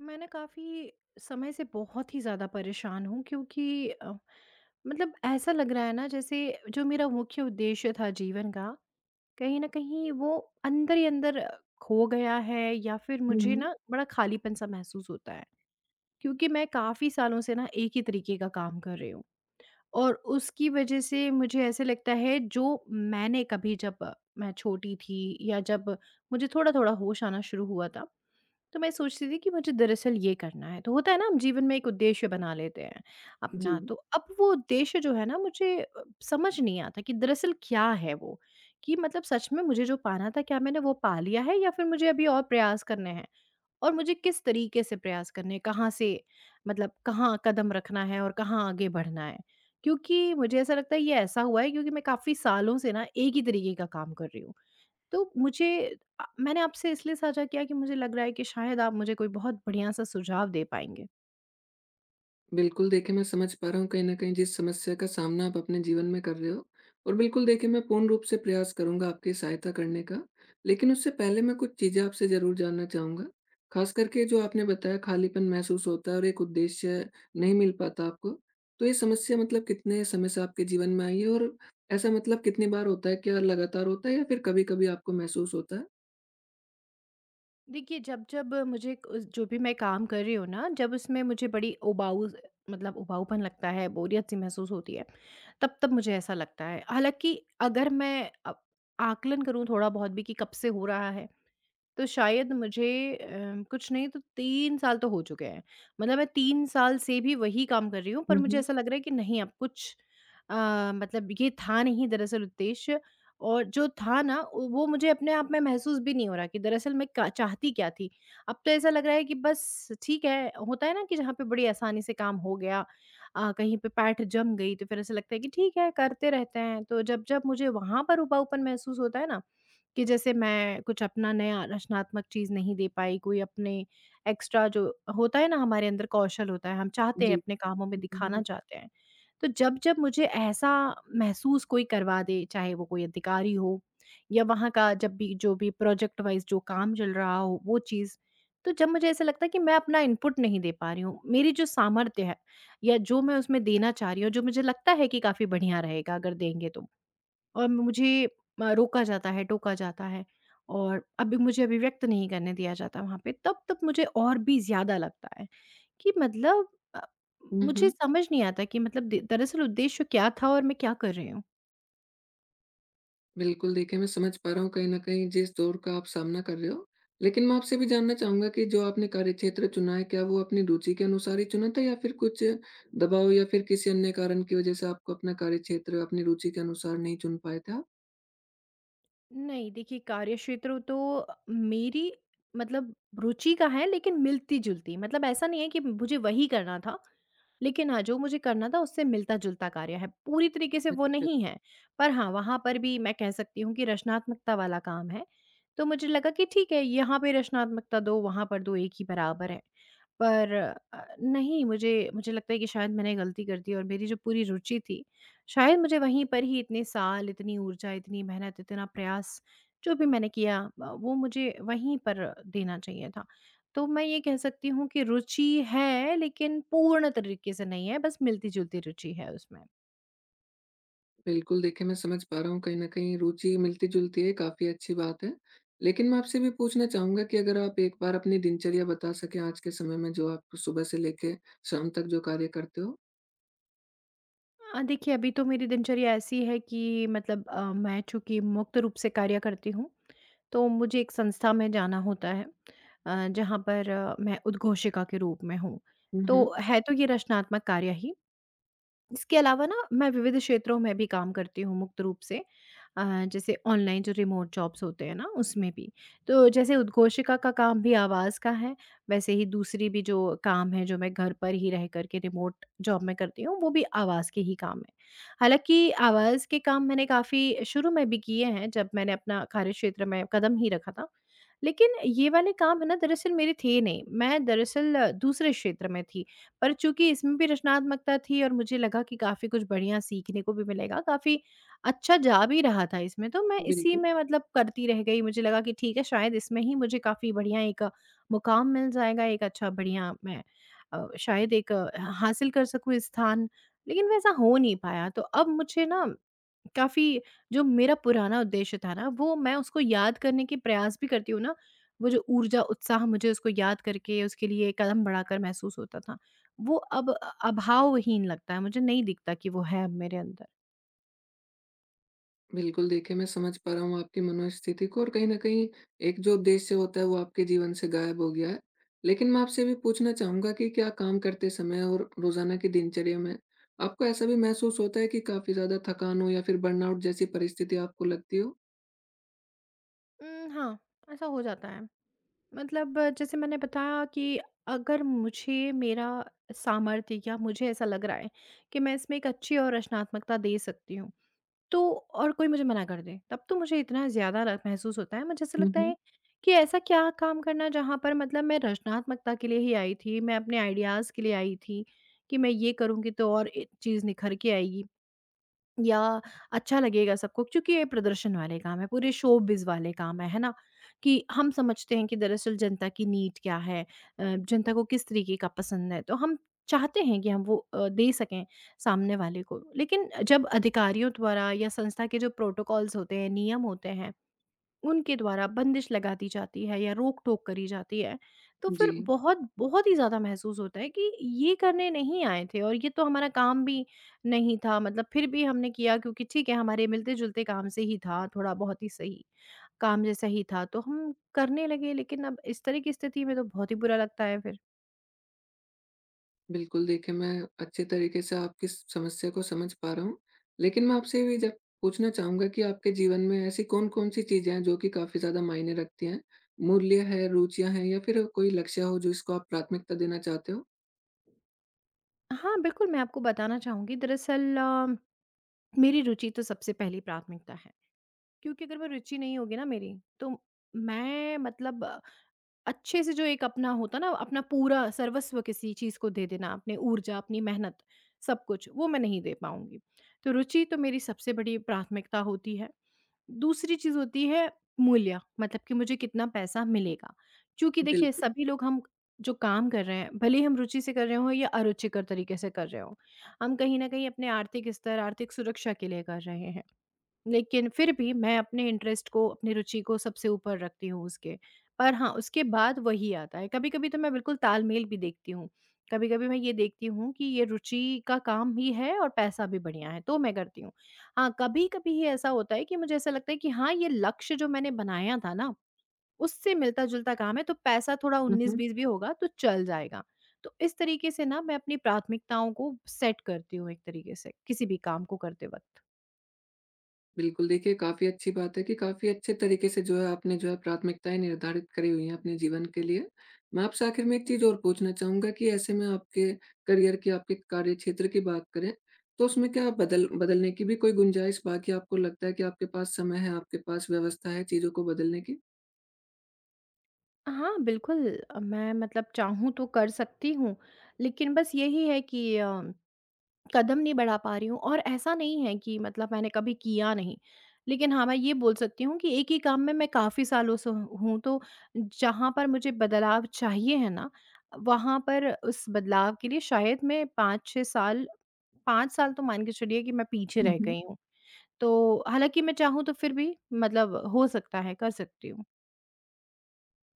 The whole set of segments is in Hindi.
मैं ना काफ़ी समय से बहुत ही ज़्यादा परेशान हूँ क्योंकि मतलब ऐसा लग रहा है ना, जैसे जो मेरा मुख्य उद्देश्य था जीवन का, कहीं ना कहीं वो अंदर ही अंदर खो गया है, या फिर हुँ, मुझे हुँ। ना बड़ा खालीपन सा महसूस होता है। क्योंकि मैं काफ़ी सालों से ना एक ही तरीके का काम कर रही हूँ, और उसकी वजह से मुझे ऐसे लगता है, जो मैंने कभी जब मैं छोटी थी, या जब मुझे थोड़ा थोड़ा होश आना शुरू हुआ था, तो मैं सोचती थी कि मुझे दरअसल ये करना है। तो होता है ना, हम जीवन में एक उद्देश्य बना लेते हैं अपना। जी, तो अब वो उद्देश्य जो है ना, मुझे समझ नहीं आता कि दरअसल क्या है वो? कि मतलब सच में मुझे जो पाना था, क्या मैंने वो पा लिया है, या फिर मुझे अभी और प्रयास करने हैं? और मुझे किस तरीके से प्रयास करने हैं? कहाँ से, मतलब कहाँ कदम रखना है और कहाँ आगे बढ़ना है? क्योंकि मुझे ऐसा लगता है ये ऐसा हुआ है क्योंकि मैं काफ़ी सालों से ना एक ही तरीके का काम कर रही हूँ। तो मुझे, मैंने आपसे इसलिए साझा किया कि मुझे लग रहा है कि शायद आप मुझे कोई बहुत बढ़िया सा सुझाव दे पाएँगे। बिल्कुल देखिए मैं समझ पा रहा हूँ कहीं न कहीं जिस समस्या का सामना आप अपने जीवन में कर रहे हो। और बिल्कुल देखिए मैं पूर्ण रूप से प्रयास करूँगा आपकी सहायता करने का। लेकिन उससे पहले मैं कुछ चीज़ें आपसे ज़रूर जानना चाहूँगा। ख़ास करके जो आपने बताया खालीपन महसूस होता है और एक उद्देश्य नहीं मिल पाता आपको। तो ये समस्या मतलब कितने समय से आपके जीवन में आई है और ऐसा मतलब कितनी बार होता है? क्या लगातार होता है या फिर कभी-कभी आपको महसूस होता है? देखिए, जब जब मुझे जो भी मैं काम कर रही हूँ ना, जब उसमें मुझे बड़ी उबाऊ, मतलब उबाऊपन लगता है, बोरियत-सी महसूस होती है, तब-तब मुझे ऐसा लगता है। हालाँकि अगर मैं आकलन करूँ थोड़ा बहुत भी कि कब से हो रहा है, तो शायद मुझे, कुछ नहीं तो 3 साल तो हो चुके हैं। मतलब मैं 3 साल से भी वही काम कर रही हूँ, पर हुँ, मुझे हुँ। ऐसा लग रहा है कि नहीं, अब कुछ अ, मतलब ये था नहीं दरअसल उद्देश्य। और जो था ना, वो मुझे अपने आप में महसूस भी नहीं हो रहा कि दरअसल मैं क्या चाहती क्या थी। अब तो ऐसा लग रहा है कि बस ठीक है, होता है ना कि जहाँ पे बड़ी आसानी से काम हो गया, कहीं पे पैठ जम गई, तो फिर ऐसा लगता है कि ठीक है, करते रहते हैं। तो जब-जब मुझे वहाँ पर उबाऊपन महसूस होता है ना, कि जैसे मैं कुछ अपना नया रचनात्मक चीज़ नहीं दे पाई, कोई अपने एक्स्ट्रा जो होता है ना हमारे अंदर कौशल होता है, हम चाहते हैं जी। अपने कामों में दिखाना चाहते हैं। तो जब-जब मुझे ऐसा महसूस कोई करवा दे, चाहे वो कोई अधिकारी हो या वहाँ का जब भी जो भी प्रोजेक्ट वाइज़ जो काम चल रहा हो वो चीज़, तो जब मुझे ऐसा लगता है कि मैं अपना इनपुट नहीं दे पा रही हूँ, मेरी जो सामर्थ्य है या जो मैं उसमें देना चाह रही हूँ, जो मुझे लगता है कि काफ़ी बढ़िया रहेगा अगर देंगे तो। और मुझे रोका जाता है, टोका जाता है, और अभी मुझे अभिव्यक्त नहीं करने दिया जाता वहाँ पे, तब-तब मुझे और भी ज़्यादा लगता है कि मतलब, अ, हुँ, मुझे हुँ। समझ नहीं आता कि मतलब द दरअसल उद्देश्य क्या था और मैं क्या कर रही हूँ? बिल्कुल, देखिए मैं समझ पा रहा हूँ कहीं न कहीं जिस दौर का आप सामना कर रहे हो। लेकिन मैं आपसे भी जानना चाहूँगा कि जो आपने कार्यक्षेत्र चुना है, क्या वो अपनी रुचि के अनुसार ही चुना था या फिर कुछ दबाव या फिर किसी अन्य कारण की वजह से आपको अपना कार्यक्षेत्र अपनी रुचि के अनुसार नहीं चुन पाए थे आप? नहीं, देखिए कार्यक्षेत्र तो मेरी मतलब रुचि का है, लेकिन मिलती-जुलती, मतलब ऐसा नहीं है कि मुझे वही करना था। लेकिन हाँ, जो मुझे करना था उससे मिलता-जुलता कार्य है, पूरी तरीके से वो अच्छा। नहीं है। पर हाँ, वहाँ पर भी मैं कह सकती हूँ कि रचनात्मकता वाला काम है। तो मुझे लगा कि ठीक है, यहाँ पे रचनात्मकता दो, वहाँ पर दो, एक ही बराबर है। पर नहीं, मुझे मुझे लगता है कि शायद मैंने गलती कर दी, और मेरी जो पूरी रुचि थी, शायद मुझे वहीं पर ही इतने साल, इतनी ऊर्जा, इतनी मेहनत, इतना प्रयास जो भी मैंने किया वो मुझे वहीं पर देना चाहिए था। तो मैं ये कह सकती हूँ कि रुचि है, लेकिन पूर्ण तरीके से नहीं है, बस मिलती-जुलती रुचि है उसमें। बिल्कुल, देखिए मैं समझ पा रहा हूँ कहीं न कहीं रुचि मिलती-जुलती है, काफ़ी अच्छी बात है। लेकिन मैं आपसे भी पूछना चाहूँगा कि अगर आप एक बार अपनी दिनचर्या बता सकें आज के समय में जो आप सुबह से लेके शाम तक जो कार्य करते हो? देखिए, अभी तो मेरी दिनचर्या ऐसी है कि मतलब, मैं चूँकि मुक्त रूप से कार्य करती हूँ, तो मुझे एक संस्था में जाना होता है, जहाँ पर मैं उद्घोषिका के रूप में हूँ। हुँ, हुँ। तो है तो ये रचनात्मक कार्य ही। इसके अलावा ना, मैं विविध क्षेत्रों में भी काम करती हूँ मुक्त रूप से, अ, जैसे ऑनलाइन जो रिमोट जॉब्स होते हैं ना, उसमें भी। तो जैसे उद्घोषिका का काम भी आवाज़ का है, वैसे ही दूसरी भी जो काम है, जो मैं घर पर ही रह करके रिमोट जॉब में करती हूँ, वो भी आवाज़ के ही काम है। हालांकि आवाज़ के काम मैंने काफ़ी शुरू में भी किए हैं, जब मैंने अपना कार्य क्षेत्र में कदम ही रखा था, लेकिन ये वाले काम है ना, दरअसल मेरे थे नहीं, मैं दरअसल दूसरे क्षेत्र में थी। पर चूँकि इसमें भी रचनात्मकता थी, और मुझे लगा कि काफ़ी कुछ बढ़िया सीखने को भी मिलेगा, काफ़ी अच्छा जा भी रहा था इसमें, तो मैं इसी बिल्कुल। में मतलब करती रह गई। मुझे लगा कि ठीक है, शायद इसमें ही मुझे काफ़ी बढ़िया एक मुकाम मिल जाएगा, एक अच्छा बढ़िया मैं, शायद एक, हासिल कर सकूँ स्थान, लेकिन वैसा हो नहीं पाया। तो अब मुझे ना काफ़ी, जो मेरा पुराना उद्देश्य था ना, वो मैं उसको याद करने के प्रयास भी करती हूँ ना, वो जो ऊर्जा, उत्साह मुझे उसको याद करके उसके लिए कदम बढ़ाकर महसूस होता था, वो अब अभावहीन लगता है, मुझे नहीं दिखता कि वो है अब मेरे अंदर। बिल्कुल, देखिए मैं समझ पा रहा हूँ आपकी मनोस्थिति को और कहीं न कहीं एक जो उद्देश्य होता है वो आपके जीवन से गायब हो गया है। लेकिन मैं आपसे भी पूछना चाहूँगा कि क्या काम करते समय और रोज़ाना की दिनचर्या में आपको ऐसा भी महसूस होता है कि काफ़ी ज़्यादा थकान हो या फिर बर्नआउट जैसी परिस्थिति आपको लगती हो? हाँ, ऐसा हो जाता है। मतलब जैसे मैंने बताया कि अगर मुझे मेरा सामर्थ्य, या मुझे ऐसा लग रहा है कि मैं इसमें एक अच्छी और रचनात्मकता दे सकती हूँ। तो और कोई मुझे मना कर दे, तब तो मुझे इतना ज़्यादा र महसूस होता है, मुझे ऐसा हुँ, लगता है हुँ। कि ऐसा क्या काम करना जहाँ पर मतलब मैं रचनात्मकता के लिए ही आई थी, मैं अपने आइडियाज़ के लिए आई थी, कि मैं ये करूँगी तो और ए चीज़ निखर के आएगी। या अच्छा लगेगा सबको, क्योंकि ये प्रदर्शन वाले काम है, पूरे शोबिज़ वाले काम है ना? कि हम समझते हैं कि दरअसल जनता की नीड क्या है? जनता को किस तरीके का पसंद है? तो हम चाहते हैं कि हम वो दे सकें सामने वाले को। लेकिन जब अधिकारियों द्वारा, या संस्था के जो प्रोटोकॉल्स होते हैं, नियम होते हैं, उनके द्वारा बंदिश लगा दी जाती है या रोक-टोक करी जाती है, तो जी। फिर बहुत, बहुत ही ज़्यादा महसूस होता है कि ये करने नहीं आए थे, और ये तो हमारा काम भी नहीं था। मतलब फिर भी हमने किया क्योंकि ठीक है, हमारे मिलते-जुलते काम से ही था, थोड़ा बहुत ही सही, काम जैसा ही था, तो हम करने लगे, लेकिन अब इस तरह की स्थिति में तो बहुत ही बुरा लगता है फिर। बिल्कुल, देखिए मैं अच्छे तरीके से आपकी स समस्या को समझ पा रहा हूँ। लेकिन मैं आपसे ये ज पूछना चाहूँगा कि आपके जीवन में ऐसी कौन-कौन सी चीज़ें हैं जो कि काफ़ी ज़्यादा मायने रखती हैं? मूल्य है, रुचियाँ हैं या फिर कोई लक्ष्य हो जो इसको आप प्राथमिकता देना चाहते हो? हाँ, बिल्कुल, मैं आपको बताना चाहूँगी दरअसल, मेरी रुचि तो सबसे पहली प्राथमिकता है। क्योंकि अगर वो रुचि नहीं होगी ना मेरी, तो मैं मतलब अच्छे से जो एक अपना होता ना, अपना पूरा सर्वस्व किसी चीज़ को दे देना, अपनी ऊर्जा, अपनी मेहनत, सब कुछ, वो मैं नहीं दे पाऊँगी। तो रुचि तो मेरी सबसे बड़ी प्राथमिकता होती है। दूसरी चीज़ होती है मूल्य, मतलब कि मुझे कितना पैसा मिलेगा। क्योंकि देखिए, बिल्कुल। सभी लोग हम जो काम कर रहे हैं, भले ही हम रुचि से कर रहे हों या अरुचिकर तरीके से कर रहे हों, हम कहीं न कहीं अपने आर्थिक स्तर, आर्थिक सुरक्षा के लिए कर रहे हैं। लेकिन फिर भी मैं अपने इंटरेस्ट को, अपनी रुचि को सबसे ऊपर रखती हूँ उसके। पर हाँ, उसके बाद वही आता है। कभी-कभी तो मैं बिल्कुल तालमेल भी देखती हूँ। कभी-कभी मैं ये देखती हूँ कि ये रुचि का काम भी है और पैसा भी बढ़िया है, तो मैं करती हूँ। हाँ, कभी-कभी ये ऐसा होता है कि मुझे ऐसा लगता है कि हाँ, ये लक्ष्य जो मैंने बनाया था ना, उससे मिलता-जुलता काम है, तो पैसा थोड़ा हुँ, हुँ। 19-20 भी होगा तो चल जाएगा। तो इस तरीके से ना, मैं अपनी प्राथमिकताओं को सेट करती हूँ एक तरीके से, किसी भी काम को करते वक़्त। बिल्कुल, देखिए काफ़ी अच्छी बात है कि काफ़ी अच्छे तरीके से जो है आपने जो है प्राथमिकताएँ निर्धारित करी हुई हैं अपने जीवन के लिए। मैं आपसे आखिर में एक चीज़ और पूछना चाहूँगा कि ऐसे में आपके करियर की, आपके कार्यक्षेत्र की बात करें, तो उसमें क्या आप बदलने की भी कोई गुंजाइश बाकी आपको लगता है कि आपके पास समय है, आपके पास व्यवस्था है चीज़ों को बदलने हाँ, बिल्कुल, मैं मतलब चाहूँ तो कर सकती हूँ, लेकिन बस यही है कि, कदम नहीं बढ़ा पा रही हूँ, और ऐसा नहीं है कि मतलब मैंने कभी किया नहीं। लेकिन हाँ, मैं ये बोल सकती हूँ कि एक ही काम में मैं काफ़ी सालों से हूँ, तो जहाँ पर मुझे बदलाव चाहिए है ना, वहाँ पर उस बदलाव के लिए शायद मैं 5-6 साल, 5 साल तो मान के चलिए कि मैं पीछे रह की? गई हूँ। तो हालाँकि मैं चाहूँ तो फिर भी मतलब हो सकता है, कर सकती हूँ।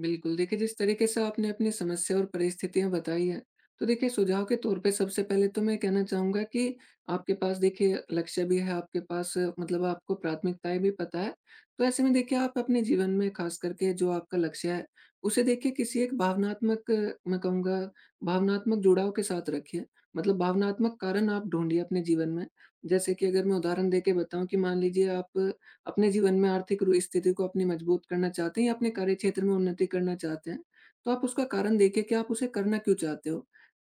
बिल्कुल, देखिए जिस तरीके से आपने अपनी समस्या और परिस्थितियाँ बताई हैं, तो देखिए सुझाव के तौर पे सबसे पहले तो मैं कहना चाहूँगा कि आपके पास देखिए लक्ष्य भी है, आपके पास मतलब आपको प्राथमिकताएँ भी पता है। तो ऐसे में देखिए आप अपने जीवन में ख़ास करके जो आपका लक्ष्य है, उसे देखिए किसी एक भावनात्मक मैं कहूँगा भावनात्मक जुड़ाव के साथ रखिए। मतलब भावनात्मक कारण आप ढूँढिए अपने जीवन में। जैसे कि अगर मैं उदाहरण देके बताऊँ कि मान लीजिए आप अपने जीवन में आर्थिक रू स्थिति को अपनी मजबूत करना चाहते हैं या अपने कार्यक्षेत्र में उन्नति करना चाहते हैं, तो आप उसका कारण देखिए कि आप उसे करना क्यों चाहते हो?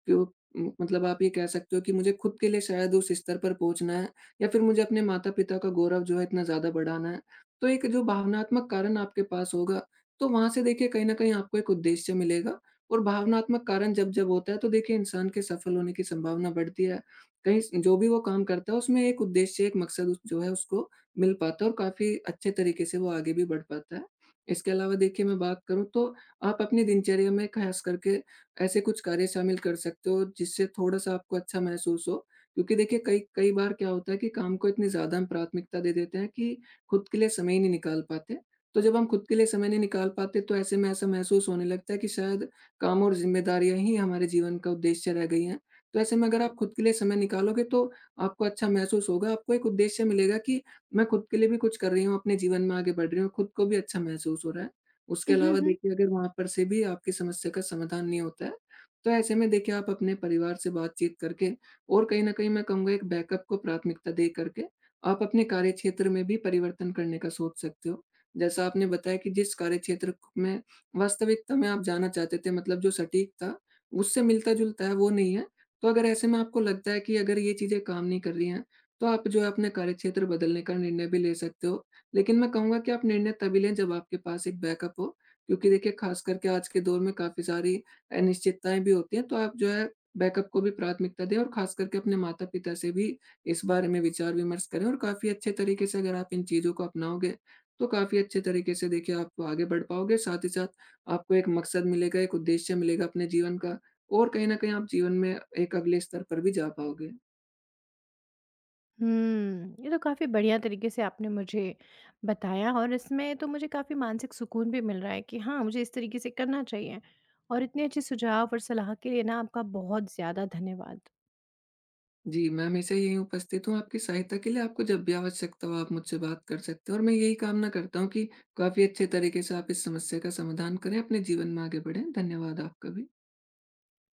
क्यों मतलब आप ये कह सकते हो कि मुझे खुद के लिए शायद उस स्तर पर पहुँचना है या फिर मुझे अपने माता-पिता का गौरव जो है इतना ज़्यादा बढ़ाना है। तो एक जो भावनात्मक कारण आपके पास होगा, तो वहाँ से देखिए कहीं न कहीं आपको एक उद्देश्य मिलेगा और भावनात्मक कारण जब-जब होता है, तो देखिए इंसान के सफल होने की संभावना बढ़ती है। कहीं स जो भी वो काम करता है उसमें एक उद्देश्य, एक मकसद उस जो है उसको मिल पाता है और काफ़ी अच्छे तरीके से वो आगे भी बढ़ पाता है। इसके अलावा देखिए मैं बात करूँ तो आप अपनी दिनचर्या में ख़ास करके ऐसे कुछ कार्य शामिल कर सकते हो जिससे थोड़ा-सा आपको अच्छा महसूस हो। क्योंकि देखिए कई कई बार क्या होता है कि काम को इतनी ज़्यादा हम प्राथमिकता दे देते हैं कि खुद के लिए समय ही नहीं निकाल पाते। तो जब हम खुद के लिए समय नहीं निकाल पाते तो ऐसे में ऐसा महसूस होने लगता है कि शायद काम और ज़िम्मेदारियाँ ही हमारे जीवन का उद्देश्य रह गई हैं। तो ऐसे में अगर आप खुद के लिए समय निकालोगे तो आपको अच्छा महसूस होगा, आपको एक उद्देश्य मिलेगा कि मैं खुद के लिए भी कुछ कर रही हूँ, अपने जीवन में आगे बढ़ रही हूँ, खुद को भी अच्छा महसूस हो रहा है। उसके अलावा देखिए अगर वहाँ पर से भी आपकी समस्या का समाधान नहीं होता है, तो ऐसे में देखिए आप अपने परिवार से बातचीत करके और कहीं न कहीं मैं कहूँगा एक बैकअप को प्राथमिकता दे करके, आप अपने कार्यक्षेत्र में भी परिवर्तन करने का सोच सकते हो। जैसा आपने बताया कि जिस कार्यक्षेत्र में वास्तविकता में आप जाना चाहते थे मतलब जो सटीक था, उससे मिलता-जुलता है वो नहीं है। तो अगर ऐसे में आपको लगता है कि अगर ये चीज़ें काम नहीं कर रही हैं, तो आप जो है अपने कार्यक्षेत्र बदलने का निर्णय भी ले सकते हो। लेकिन मैं कहूँगा कि आप निर्णय तभी लें जब आपके पास एक बैकअप हो, क्योंकि देखिए ख़ास करके आज के दौर में काफ़ी सारी अनिश्चितताएँ भी होती हैं। तो आप जो है बैकअप को भी प्राथमिकता दें और ख़ास करके अपने माता-पिता से भी इस बारे में विचार-विमर्श करें और काफ़ी अच्छे तरीके से अगर आप इन चीज़ों को अपनाओगे, तो काफ़ी अच्छे तरीके से देखिए आप आगे बढ़ पाओगे। साथ ही साथ आपको एक मकसद मिलेगा, एक उद्देश्य मिलेगा अपने जीवन का और कहीं न कहीं आप जीवन में एक अगले स्तर पर भी जा पाओगे। हुँ, ये तो काफ़ी बढ़िया तरीके से आपने मुझे बताया, और इसमें तो मुझे काफ़ी मानसिक सुकून भी मिल रहा है कि हाँ, मुझे इस तरीके से करना चाहिए। और इतने अच्छे सुझाव और सलाह के लिए ना, आपका बहुत ज़्यादा धन्यवाद। जी, मैं हमेशा यहीं उपस्थित हूँ आपकी सहायता के लिए, आपको जब भी आवश्यकता हो आप मुझसे बात कर सकते हो और मैं यही कामना करता हूँ कि काफ़ी अच्छे तरीके से आप इस समस्या का समाधान करें, अपने जीवन में आगे बढ़ें। धन्यवाद आपका भी।